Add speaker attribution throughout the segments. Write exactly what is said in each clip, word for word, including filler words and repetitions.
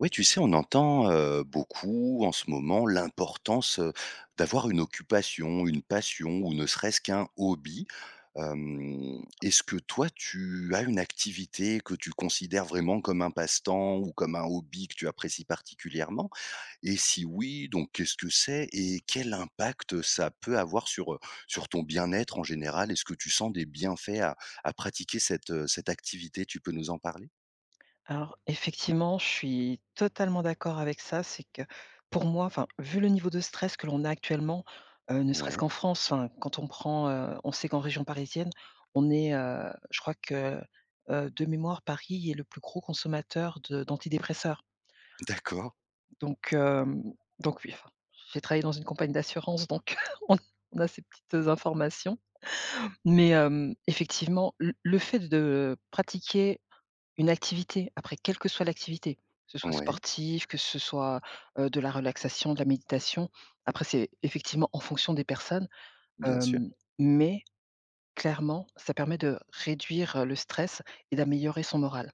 Speaker 1: Ouais, tu sais, on entend, heu, beaucoup en ce moment l'importance, heu, d'avoir une occupation, une passion ou ne serait-ce qu'un hobby. Hem, est-ce que toi, tu as une activité que tu considères vraiment comme un passe-temps ou comme un hobby que tu apprécies particulièrement? Et si oui, donc qu'est-ce que c'est? Et quel impact ça peut avoir sur, heu, sur ton bien-être en général? Est-ce que tu sens des bienfaits à à pratiquer cette, heu, cette activité? Tu peux nous en parler?
Speaker 2: Alors effectivement, je suis totalement d'accord avec ça. C'est que pour moi, enfin, vu le niveau de stress que l'on a actuellement, heu, ne serait-ce
Speaker 1: Ouais,
Speaker 2: qu'en France, enfin, quand on prend, heu, on sait qu'en région parisienne, on est, heu, je crois que, heu, de mémoire, Paris est le plus gros consommateur de d'antidépresseurs.
Speaker 1: d'accord.
Speaker 2: Donc hem, donc oui, enfin, j'ai travaillé dans une compagnie d'assurance, donc on on a ces petites informations. Mais hem, effectivement, le le fait de pratiquer une activité, après quelle que soit l'activité, que ce soit
Speaker 1: Ouais,
Speaker 2: sportif, que ce soit, heu, de la relaxation, de la méditation. Après c'est effectivement en fonction des personnes,
Speaker 1: bien sûr.
Speaker 2: hem, mais clairement, ça permet de réduire, heu, le stress et d'améliorer son moral.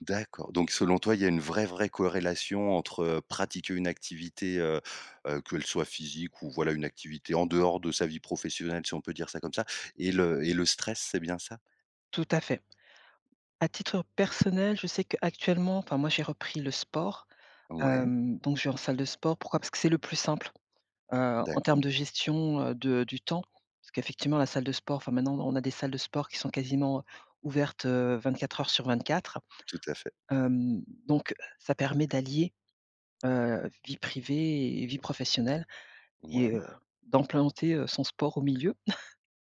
Speaker 1: D'accord, donc selon toi, il y a une vraie, vraie corrélation entre, heu, pratiquer une activité, heu heu, qu'elle soit physique ou voilà, une activité en dehors de sa vie professionnelle, si on peut dire ça comme ça et le et le stress, c'est bien ça?
Speaker 2: Tout à fait. À titre personnel, je sais qu'actuellement, enfin moi j'ai repris le sport,
Speaker 1: Ouais,
Speaker 2: hem, donc je vais en salle de sport. Pourquoi? Parce que c'est le plus simple. Heu, en termes
Speaker 1: d'accord,
Speaker 2: de gestion, heu, de du temps, parce qu'effectivement la salle de sport, enfin maintenant on a des salles de sport qui sont quasiment ouvertes, heu, vingt-quatre heures sur vingt-quatre.
Speaker 1: tout à fait,
Speaker 2: Hem, donc ça permet d'allier, heu, vie privée et vie professionnelle et
Speaker 1: ouais,
Speaker 2: heu, d'implanter, heu, son sport au milieu.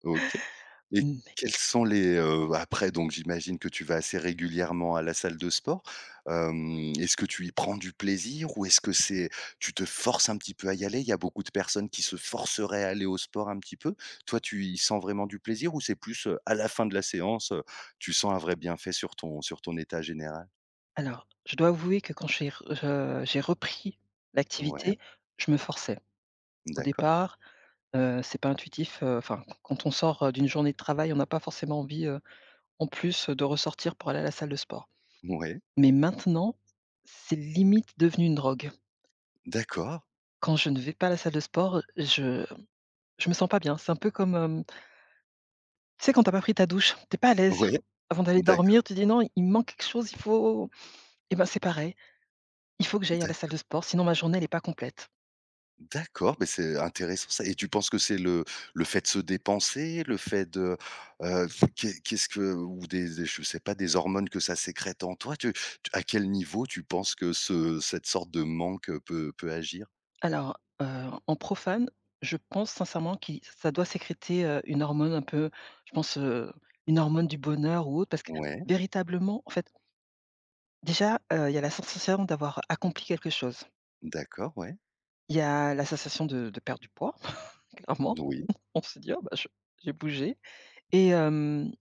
Speaker 1: OK. Et
Speaker 2: Mmh,
Speaker 1: quels sont les, heu, après donc j'imagine que tu vas assez régulièrement à la salle de sport. Hem, est-ce que tu y prends du plaisir ou est-ce que c'est tu te forces un petit peu à y aller? Il y a beaucoup de personnes qui se forceraient à aller au sport un petit peu. Toi, tu y sens vraiment du plaisir ou c'est plus, heu, à la fin de la séance, heu, tu sens un vrai bienfait sur ton sur ton état général?
Speaker 2: alors je dois avouer que quand j'ai re j'ai repris
Speaker 1: Ouais,
Speaker 2: l'activité, je me forçais. Au
Speaker 1: d'accord.
Speaker 2: départ, heu, c'est pas intuitif, heu, enfin quand on sort, heu, d'une journée de travail, on n'a pas forcément envie, heu, en plus de ressortir pour aller à la salle de sport.
Speaker 1: Ouais,
Speaker 2: Mais maintenant, c'est limite devenu une drogue.
Speaker 1: d'accord.
Speaker 2: Quand je ne vais pas à la salle de sport, je je me sens pas bien. C'est un peu comme, hem, tu sais quand tu as pas pris ta douche, tu es pas à l'aise.
Speaker 1: Ouais,
Speaker 2: Avant d'aller
Speaker 1: d'accord,
Speaker 2: dormir, tu dis: «Non, il me manque quelque chose, il faut», et ben, c'est pareil, il faut que j'aille à la
Speaker 1: d'ac
Speaker 2: salle de sport, sinon ma journée elle est pas complète.
Speaker 1: D'accord, mais c'est intéressant ça et tu penses que c'est le le fait de se dépenser, le fait de, heu, qu'est qu'est-ce que ou des des je sais pas, des hormones que ça sécrète en toi, tu tu à quel niveau tu penses que ce cette sorte de manque, peut peut agir?
Speaker 2: Alors, heu, en profane, je pense sincèrement qui ça doit sécréter, heu, une hormone un peu, je pense, heu, une hormone du bonheur ou autre, parce que
Speaker 1: Ouais,
Speaker 2: véritablement, en fait, déjà, heu, il y a la sensation d'avoir accompli quelque chose.
Speaker 1: d'accord, ouais.
Speaker 2: Il y a la sensation de de perdre du poids, clairement.
Speaker 1: Oui,
Speaker 2: On se dit: «Ah bah, je j'ai bougé», et hem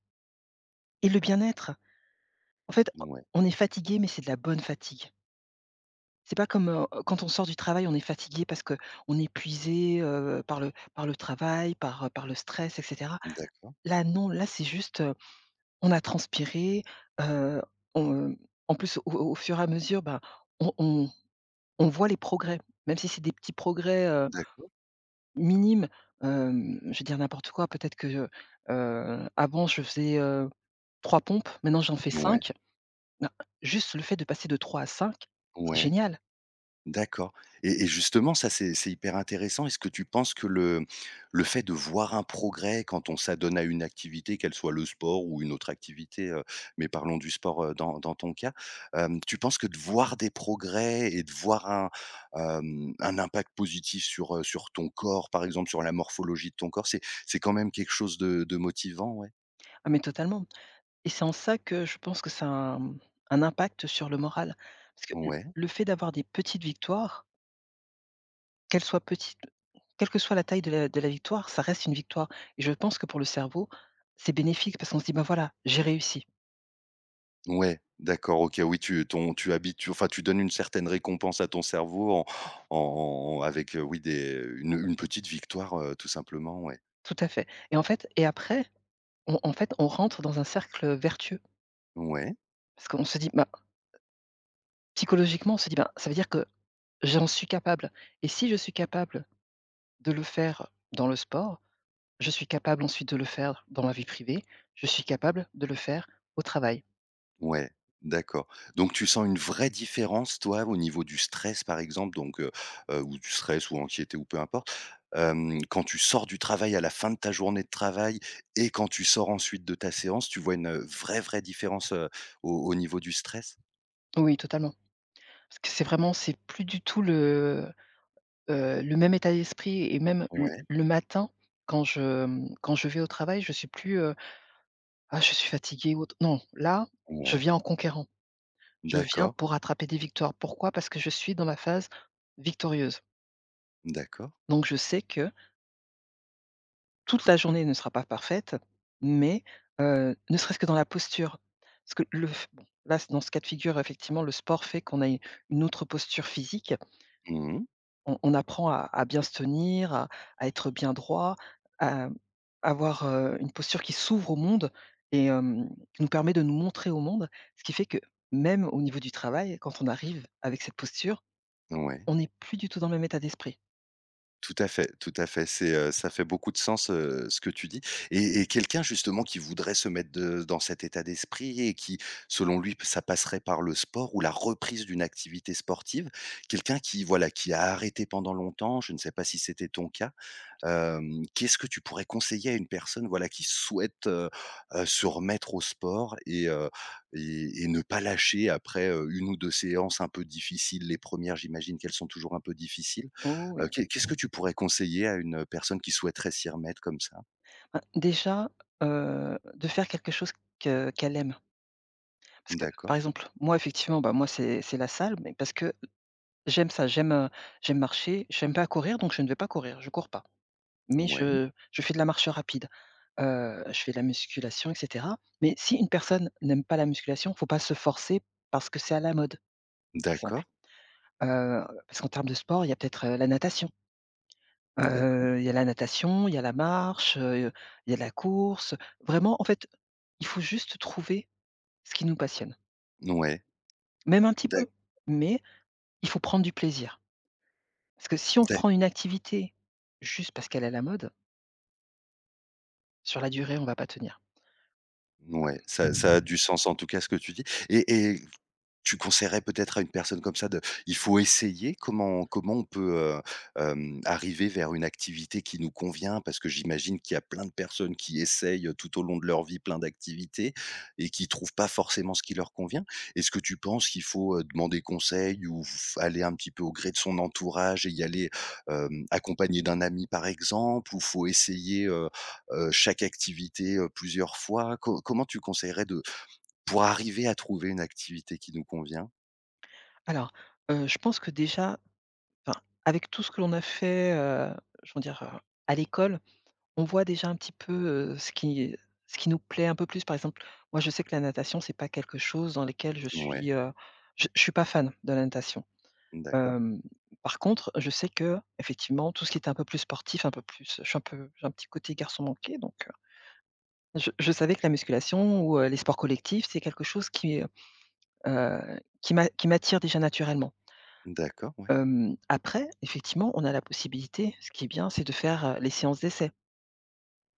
Speaker 2: et le bien-être. En fait,
Speaker 1: ouais,
Speaker 2: on est fatigué, mais c'est de la bonne fatigue. C'est pas comme, heu, quand on sort du travail, on est fatigué parce que on est épuisé, heu, par le par le travail, par, par le stress, et cetera.
Speaker 1: d'accord,
Speaker 2: Là non, là c'est juste, heu, on a transpiré, heu, on, en plus au au fur et à mesure, ben on on on voit les progrès, même si c'est des petits progrès,
Speaker 1: d'accord,
Speaker 2: minime. hem, je vais dire n'importe quoi, peut-être que, heu avant je faisais, heu, trois pompes, maintenant j'en fais
Speaker 1: ouais,
Speaker 2: cinq. Non, juste le fait de passer de trois à cinq, c'est
Speaker 1: ouais.
Speaker 2: génial.
Speaker 1: D'accord et et justement ça c'est c'est hyper intéressant. Est-ce que tu penses que le le fait de voir un progrès quand on s'adonne à une activité, qu'elle soit le sport ou une autre activité, heu, mais parlons du sport, heu, dans dans ton cas, hem, tu penses que de voir des progrès et de voir un, hem, un impact positif sur, heu, sur ton corps, par exemple sur la morphologie de ton corps, c'est c'est quand même quelque chose de de motivant, ouais?
Speaker 2: Ah mais totalement, et c'est en ça que je pense que ça a un un impact sur le moral. Parce que l
Speaker 1: Ouais.
Speaker 2: le fait d'avoir des petites victoires, qu'elles soient petites, quelle que soit la taille de la de la victoire, ça reste une victoire, et je pense que pour le cerveau, c'est bénéfique parce qu'on se dit: «Bah voilà, j'ai réussi».
Speaker 1: Ouais, d'accord, OK, oui, tu ton tu habitues enfin, tu donnes une certaine récompense à ton cerveau en en en avec, heu, oui, des une une petite victoire, heu, tout simplement, ouais.
Speaker 2: Tout à fait, et en fait et après, on en fait, on rentre dans un cercle vertueux.
Speaker 1: Ouais,
Speaker 2: Parce qu'on se dit, ben, psychologiquement, on se dit: «Ben, ça veut dire que j'en suis capable, et si je suis capable de le faire dans le sport, je suis capable ensuite de le faire dans ma vie privée, je suis capable de le faire au travail».
Speaker 1: ouais, d'accord. Donc tu sens une vraie différence, toi, au niveau du stress, par exemple, donc heu heu, ou du stress ou anxiété ou peu importe, hem, quand tu sors du travail à la fin de ta journée de travail et quand tu sors ensuite de ta séance, tu vois une, vraie, vraie différence, heu, au au niveau du stress?
Speaker 2: Oui, totalement. Parce que c'est vraiment c'est plus du tout le, heu, le même état d'esprit, et même le
Speaker 1: Ouais,
Speaker 2: le matin quand je, quand je vais au travail, je suis plus, heu: «Ah, je suis fatigué, ou autre». Non, là, je
Speaker 1: ouais,
Speaker 2: viens en conquérant. Je viens
Speaker 1: d'accord,
Speaker 2: pour attraper des victoires. Pourquoi? Parce que je suis dans ma phase victorieuse.
Speaker 1: d'accord.
Speaker 2: Donc je sais que toute la journée ne sera pas parfaite, mais heu, ne serait-ce que dans la posture. Parce que le f bon, là, c dans ce cas de figure, effectivement, le sport fait qu'on a u une autre posture physique.
Speaker 1: Mmh.
Speaker 2: On on apprend à à bien se tenir, à à être bien droit, à avoir, heu, une posture qui s'ouvre au monde, et hem, qui nous permet de nous montrer au monde. Ce qui fait que, même au niveau du travail, quand on arrive avec cette posture,
Speaker 1: Ouais,
Speaker 2: on n'est plus du tout dans le même état d'esprit.
Speaker 1: tout à fait, tout à fait. C'est, heu, ça fait beaucoup de sens, heu, ce que tu dis et et quelqu'un justement qui voudrait se mettre de dans cet état d'esprit et qui, selon lui, ça passerait par le sport ou la reprise d'une activité sportive. Quelqu'un qui, voilà, qui a arrêté pendant longtemps, je ne sais pas si c'était ton cas. Hem, qu'est-ce que tu pourrais conseiller à une personne, voilà, qui souhaite, heu heu, se remettre au sport et heu et et ne pas lâcher après, heu, une ou deux séances un peu difficiles? Les premières, j'imagine qu'elles sont toujours un peu difficiles.
Speaker 2: Oh
Speaker 1: Heu,
Speaker 2: oui.
Speaker 1: qu'est qu'est-ce que tu pourrais conseiller à une, personne qui souhaiterait s'y remettre comme ça?
Speaker 2: Bah, déjà, heu, de faire quelque chose que qu'elle aime. Parce que,
Speaker 1: D'accord,
Speaker 2: par exemple, moi effectivement, bah, moi c'est c'est la salle, mais parce que j'aime ça, j'aime, heu, j'aime marcher, j'aime pas courir, donc je ne vais pas courir, je cours pas. Mais
Speaker 1: ouais, Mmh.
Speaker 2: je je fais de la marche rapide, heu, je fais de la musculation, et cetera. Mais si une personne n'aime pas la musculation, faut pas se forcer parce que c'est à la mode, par
Speaker 1: d'accord,
Speaker 2: exemple. Heu, parce qu'en termes de sport, il y a peut-être, heu, la natation.
Speaker 1: d'accord,
Speaker 2: Heu, il y a la natation, il y a la marche, heu, il y a la course. Vraiment, en fait, il faut juste trouver ce qui nous passionne,
Speaker 1: ouais,
Speaker 2: même un petit
Speaker 1: d'ac
Speaker 2: peu, mais il faut prendre du plaisir. Parce que si on
Speaker 1: d'ac
Speaker 2: prend une activité juste parce qu'elle est à la mode, sur la durée, on va pas tenir.
Speaker 1: ouais, ça ça a du sens en tout cas ce que tu dis et et Tu conseillerais peut-être à une personne comme ça de il faut essayer? Comment comment on peut, heu, hem, arriver vers une activité qui nous convient? Parce que j'imagine qu'il y a plein de personnes qui essayent, tout au long de leur vie plein d'activités et qui trouvent pas forcément ce qui leur convient. Est-ce que tu penses qu'il faut, heu, demander conseil ou f aller un petit peu au gré de son entourage et y aller, hem, accompagné d'un ami par exemple? Ou faut essayer, heu heu, chaque activité, heu, plusieurs fois? Co comment tu conseillerais de pour arriver à trouver une activité qui nous convient?
Speaker 2: Alors, heu, je pense que déjà, enfin, avec tout ce que l'on a fait, heu, je veux dire, heu, à l'école, on voit déjà un petit peu, heu, ce qui ce qui nous plaît un peu plus. Par exemple, moi, je sais que la natation, c'est pas quelque chose dans lequel je
Speaker 1: Ouais,
Speaker 2: suis, heu, je je suis pas fan de la natation.
Speaker 1: d'accord,
Speaker 2: Hem, par contre, je sais qu'effectivement, tout ce qui était un peu plus sportif, un peu plus je suis un peu j'ai un petit côté garçon manqué, donc Je je savais que la musculation ou, heu, les sports collectifs, c'est quelque chose qui, heu qui m'a qui m'attire déjà naturellement.
Speaker 1: d'accord, ouais.
Speaker 2: Hem, après effectivement, on a la possibilité, ce qui est bien, c'est de faire, heu, les séances d'essai.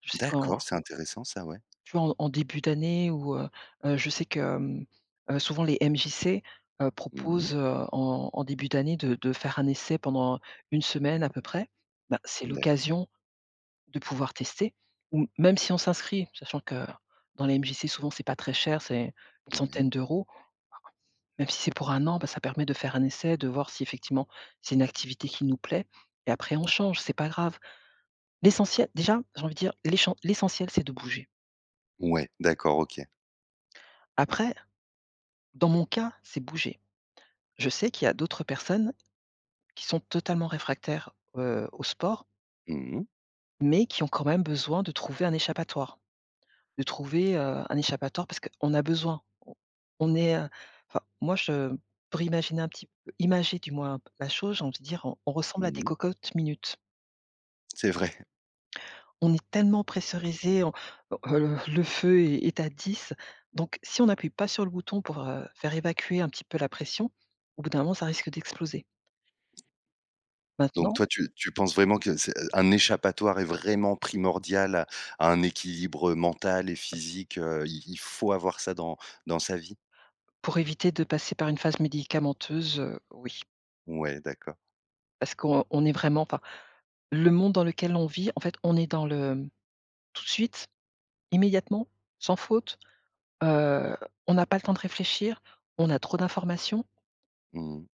Speaker 2: Je sais qu'en
Speaker 1: D'accord, c'est intéressant ça, ouais.
Speaker 2: tu vois, en en début d'année ou, heu heu, je sais que, hem, heu, souvent les M J C, heu,
Speaker 1: Mmh.
Speaker 2: proposent, heu, en en début d'année de de faire un essai pendant une semaine à peu près. Bah, c'est
Speaker 1: D'accord,
Speaker 2: l'occasion de pouvoir tester, ou même si on s'inscrit, sachant que dans les M J C souvent c'est pas très cher, c'est une
Speaker 1: ouais.
Speaker 2: centaine d'euros. Même si c'est pour un an, bah, ça permet de faire un essai, de voir si effectivement c'est une activité qui nous plaît, et après on change, c'est pas grave. L'essentiel déjà, j'ai envie de dire, l'échen l'essentiel c'est de bouger.
Speaker 1: Ouais, d'accord, OK.
Speaker 2: Après, dans mon cas, c'est bouger. Je sais qu'il y a d'autres personnes qui sont totalement réfractaires, heu, au sport,
Speaker 1: Mmh mh.
Speaker 2: mais qui ont quand même besoin de trouver un échappatoire, de trouver, heu, un échappatoire parce qu'on a besoin. On on est, heu, enfin moi je, pour imaginer un petit peu, imager du moins la chose, j'ai envie de dire, on on ressemble à des
Speaker 1: Mmh.
Speaker 2: cocottes minutes.
Speaker 1: C'est vrai.
Speaker 2: On est tellement pressurisé, on heu, le feu est est à dix. Donc si on n'appuie pas sur le bouton pour, heu, faire évacuer un petit peu la pression, au bout d'un moment, ça risque d'exploser.
Speaker 1: Donc
Speaker 2: Maintenant,
Speaker 1: toi, tu tu penses vraiment que c'est euh, un échappatoire est vraiment primordial à à un équilibre, mental et physique, heu, il il faut avoir ça dans dans sa vie?
Speaker 2: pour éviter de passer par une phase médicamenteuse, heu, oui,
Speaker 1: Ouais, d'accord.
Speaker 2: parce qu'on on est vraiment, enfin, le monde dans lequel on vit, en fait, on est dans le tout de suite, immédiatement, sans faute, heu, on n'a pas le temps de réfléchir, on a trop d'informations,
Speaker 1: Mmh.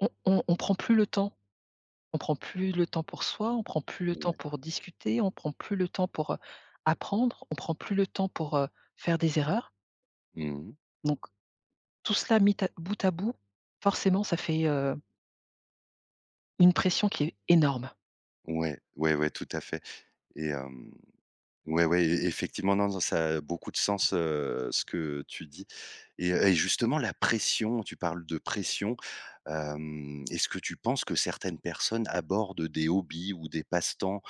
Speaker 2: on on on prend plus le temps. On prend plus le temps pour soi, on prend plus le temps
Speaker 1: Ouais.
Speaker 2: pour discuter, on prend plus le temps pour, heu, apprendre, on prend plus le temps pour, heu, faire des erreurs.
Speaker 1: Mmh.
Speaker 2: Donc tout cela mis à bout à bout, forcément ça fait, heu, une pression qui est énorme.
Speaker 1: Ouais, ouais, ouais, tout à fait et hem Ouais, ouais, e effectivement, non, non, ça a beaucoup de sens, heu, ce que tu dis et heu et justement la pression, tu parles de pression, hem, est-ce que tu penses que certaines personnes abordent des hobbies ou des passe-temps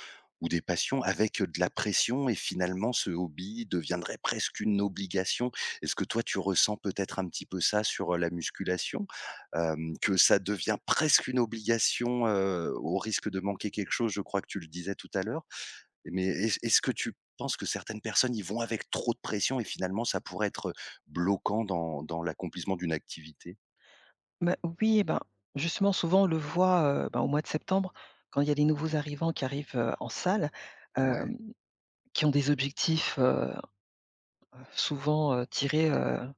Speaker 1: ou des passions avec, de la pression et finalement ce hobby deviendrait presque une obligation? Est-ce que toi tu ressens peut-être un petit peu ça sur, heu, la musculation? Hem, que ça devient presque une obligation, heu, au risque de manquer quelque chose, je crois que tu le disais tout à l'heure? Mais est-ce est-ce que tu penses que certaines personnes y vont avec trop de pression et finalement ça pourrait être bloquant dans dans l'accomplissement d'une activité?
Speaker 2: Bah, oui. Et ben justement, souvent on le voit, heu, ben, au mois de septembre, quand il y a les nouveaux arrivants qui arrivent, heu, en salle,
Speaker 1: Ouais
Speaker 2: hem, qui ont des objectifs, heu, souvent, heu, tirés,
Speaker 1: et
Speaker 2: heu,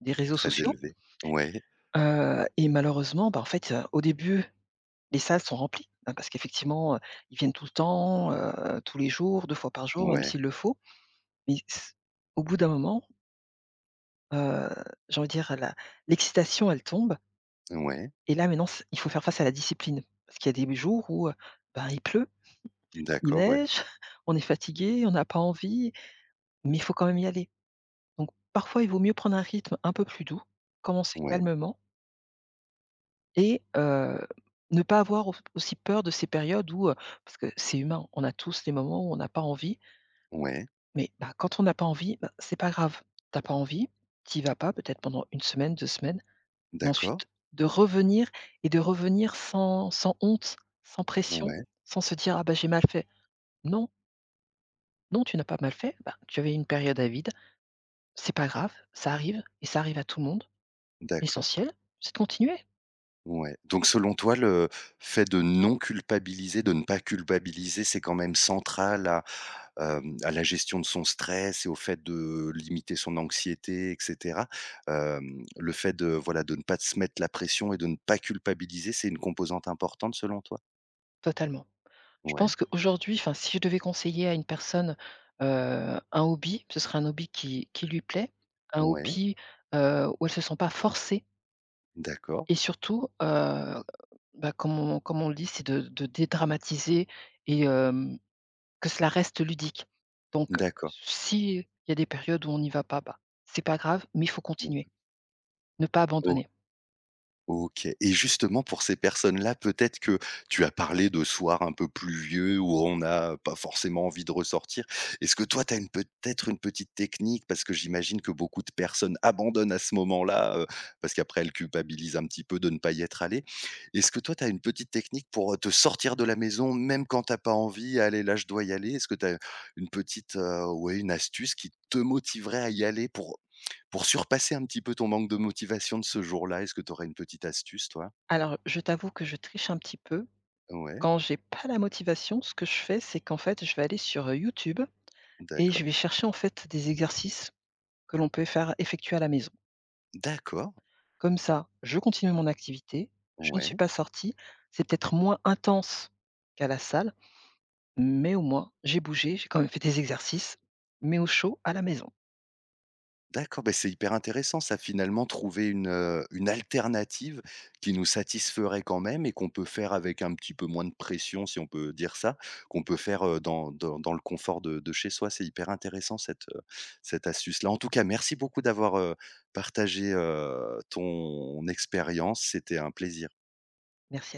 Speaker 2: des réseaux
Speaker 1: très
Speaker 2: sociaux,
Speaker 1: élevé. Ouais,
Speaker 2: heu et malheureusement, bah, en fait, heu, au début les salles sont remplies, hein, parce qu'effectivement, heu, ils viennent tout le temps, heu, tous les jours, deux fois par jour, même
Speaker 1: ouais,
Speaker 2: s'il le faut. Mais s au bout d'un moment, heu, j'ai envie de dire la l'excitation, elle tombe,
Speaker 1: ouais,
Speaker 2: et là maintenant c il faut faire face à la discipline. Parce qu'il y a des jours où, heu, ben, il pleut, il
Speaker 1: d'accord, ouais,
Speaker 2: neige, on est fatigué, on n'a pas envie, mais il faut quand même y aller. Donc parfois, il vaut mieux prendre un rythme un peu plus doux, commencer
Speaker 1: ouais,
Speaker 2: calmement et heu, ne pas avoir au aussi peur de ces périodes où, heu parce que c'est humain, on a tous des moments où on n'a pas envie.
Speaker 1: ouais,
Speaker 2: Mais, bah, quand on n'a pas envie, bah, c'est pas grave. T'as pas envie, t'y vas pas peut-être pendant une semaine, deux semaines, mais
Speaker 1: d'accord,
Speaker 2: ensuite de revenir, et de revenir sans sans honte, sans pression,
Speaker 1: ouais,
Speaker 2: sans se dire: «Ah bah, j'ai mal fait». Non, non, tu n'as pas mal fait, bah, tu avais une période à vide, c'est pas grave, ça arrive, et ça arrive à tout le monde.
Speaker 1: d'accord,
Speaker 2: L'essentiel, c'est de continuer.
Speaker 1: ouais. Donc selon toi, le fait de non culpabiliser, de ne pas culpabiliser, c'est quand même central à hem, à la gestion de son stress et au fait de limiter son anxiété et cetera. Hem, le fait de, voilà, de ne pas se mettre la pression et de ne pas culpabiliser, c'est une composante importante selon toi?
Speaker 2: Totalement. Je
Speaker 1: Ouais,
Speaker 2: pense qu'aujourd'hui, enfin, si je devais conseiller à une personne, heu, un hobby, ce serait un hobby qui qui lui plaît, un
Speaker 1: ouais,
Speaker 2: hobby, heu, où elle se sent pas forcée,
Speaker 1: d'accord,
Speaker 2: et surtout, heu, bah, comme on comme on le dit, c'est de de dédramatiser et hem, que cela reste ludique. Donc
Speaker 1: d'accord.
Speaker 2: s'il y a des périodes où on n'y va pas, bah, c'est pas grave, mais il faut continuer, ne pas
Speaker 1: Mmh.
Speaker 2: abandonner.
Speaker 1: OK et justement pour ces personnes-là, peut-être que tu as parlé de soirs un peu pluvieux où on n'a pas forcément envie de ressortir. Est-ce que toi, tu as une peut-être une petite technique? Parce que j'imagine que beaucoup de personnes abandonnent à ce moment-là, heu, parce qu'après elles culpabilisent un petit peu de ne pas y être allées. Est-ce que toi, tu as une petite technique pour, te sortir de la maison même quand tu as pas envie? «Allez, là, je dois y aller». Est-ce que tu as une petite, heu, ouais, une astuce qui te motiverait à y aller pour pour surpasser un petit peu ton manque de motivation de ce jour-là, est-ce que tu aurais une petite astuce, toi?
Speaker 2: Alors, je t'avoue que je triche un petit peu.
Speaker 1: Ouais,
Speaker 2: Quand j'ai pas la motivation, ce que je fais, c'est qu'en fait, je vais aller sur, heu, YouTube, et je
Speaker 1: d'accord.
Speaker 2: vais chercher, en fait, des exercices que l'on peut faire effectuer à la maison.
Speaker 1: D'accord,
Speaker 2: Comme ça, je continue mon activité, je ne suis
Speaker 1: ouais,
Speaker 2: pas sortie, c'est peut-être moins intense qu'à la salle, mais au moins j'ai bougé, j'ai quand même fait des exercices, mais au chaud à la maison.
Speaker 1: d'accord, Ben c'est hyper intéressant ça, finalement, trouver une, heu, une alternative qui nous satisferait quand même et qu'on peut faire avec un petit peu moins de pression, si on peut dire ça, qu'on peut faire, heu, dans dans dans le confort de de chez soi. C'est hyper intéressant cette, heu, cette astuce-là. En tout cas, merci beaucoup d'avoir, heu, partagé, heu, ton expérience. C'était un plaisir.
Speaker 2: Merci.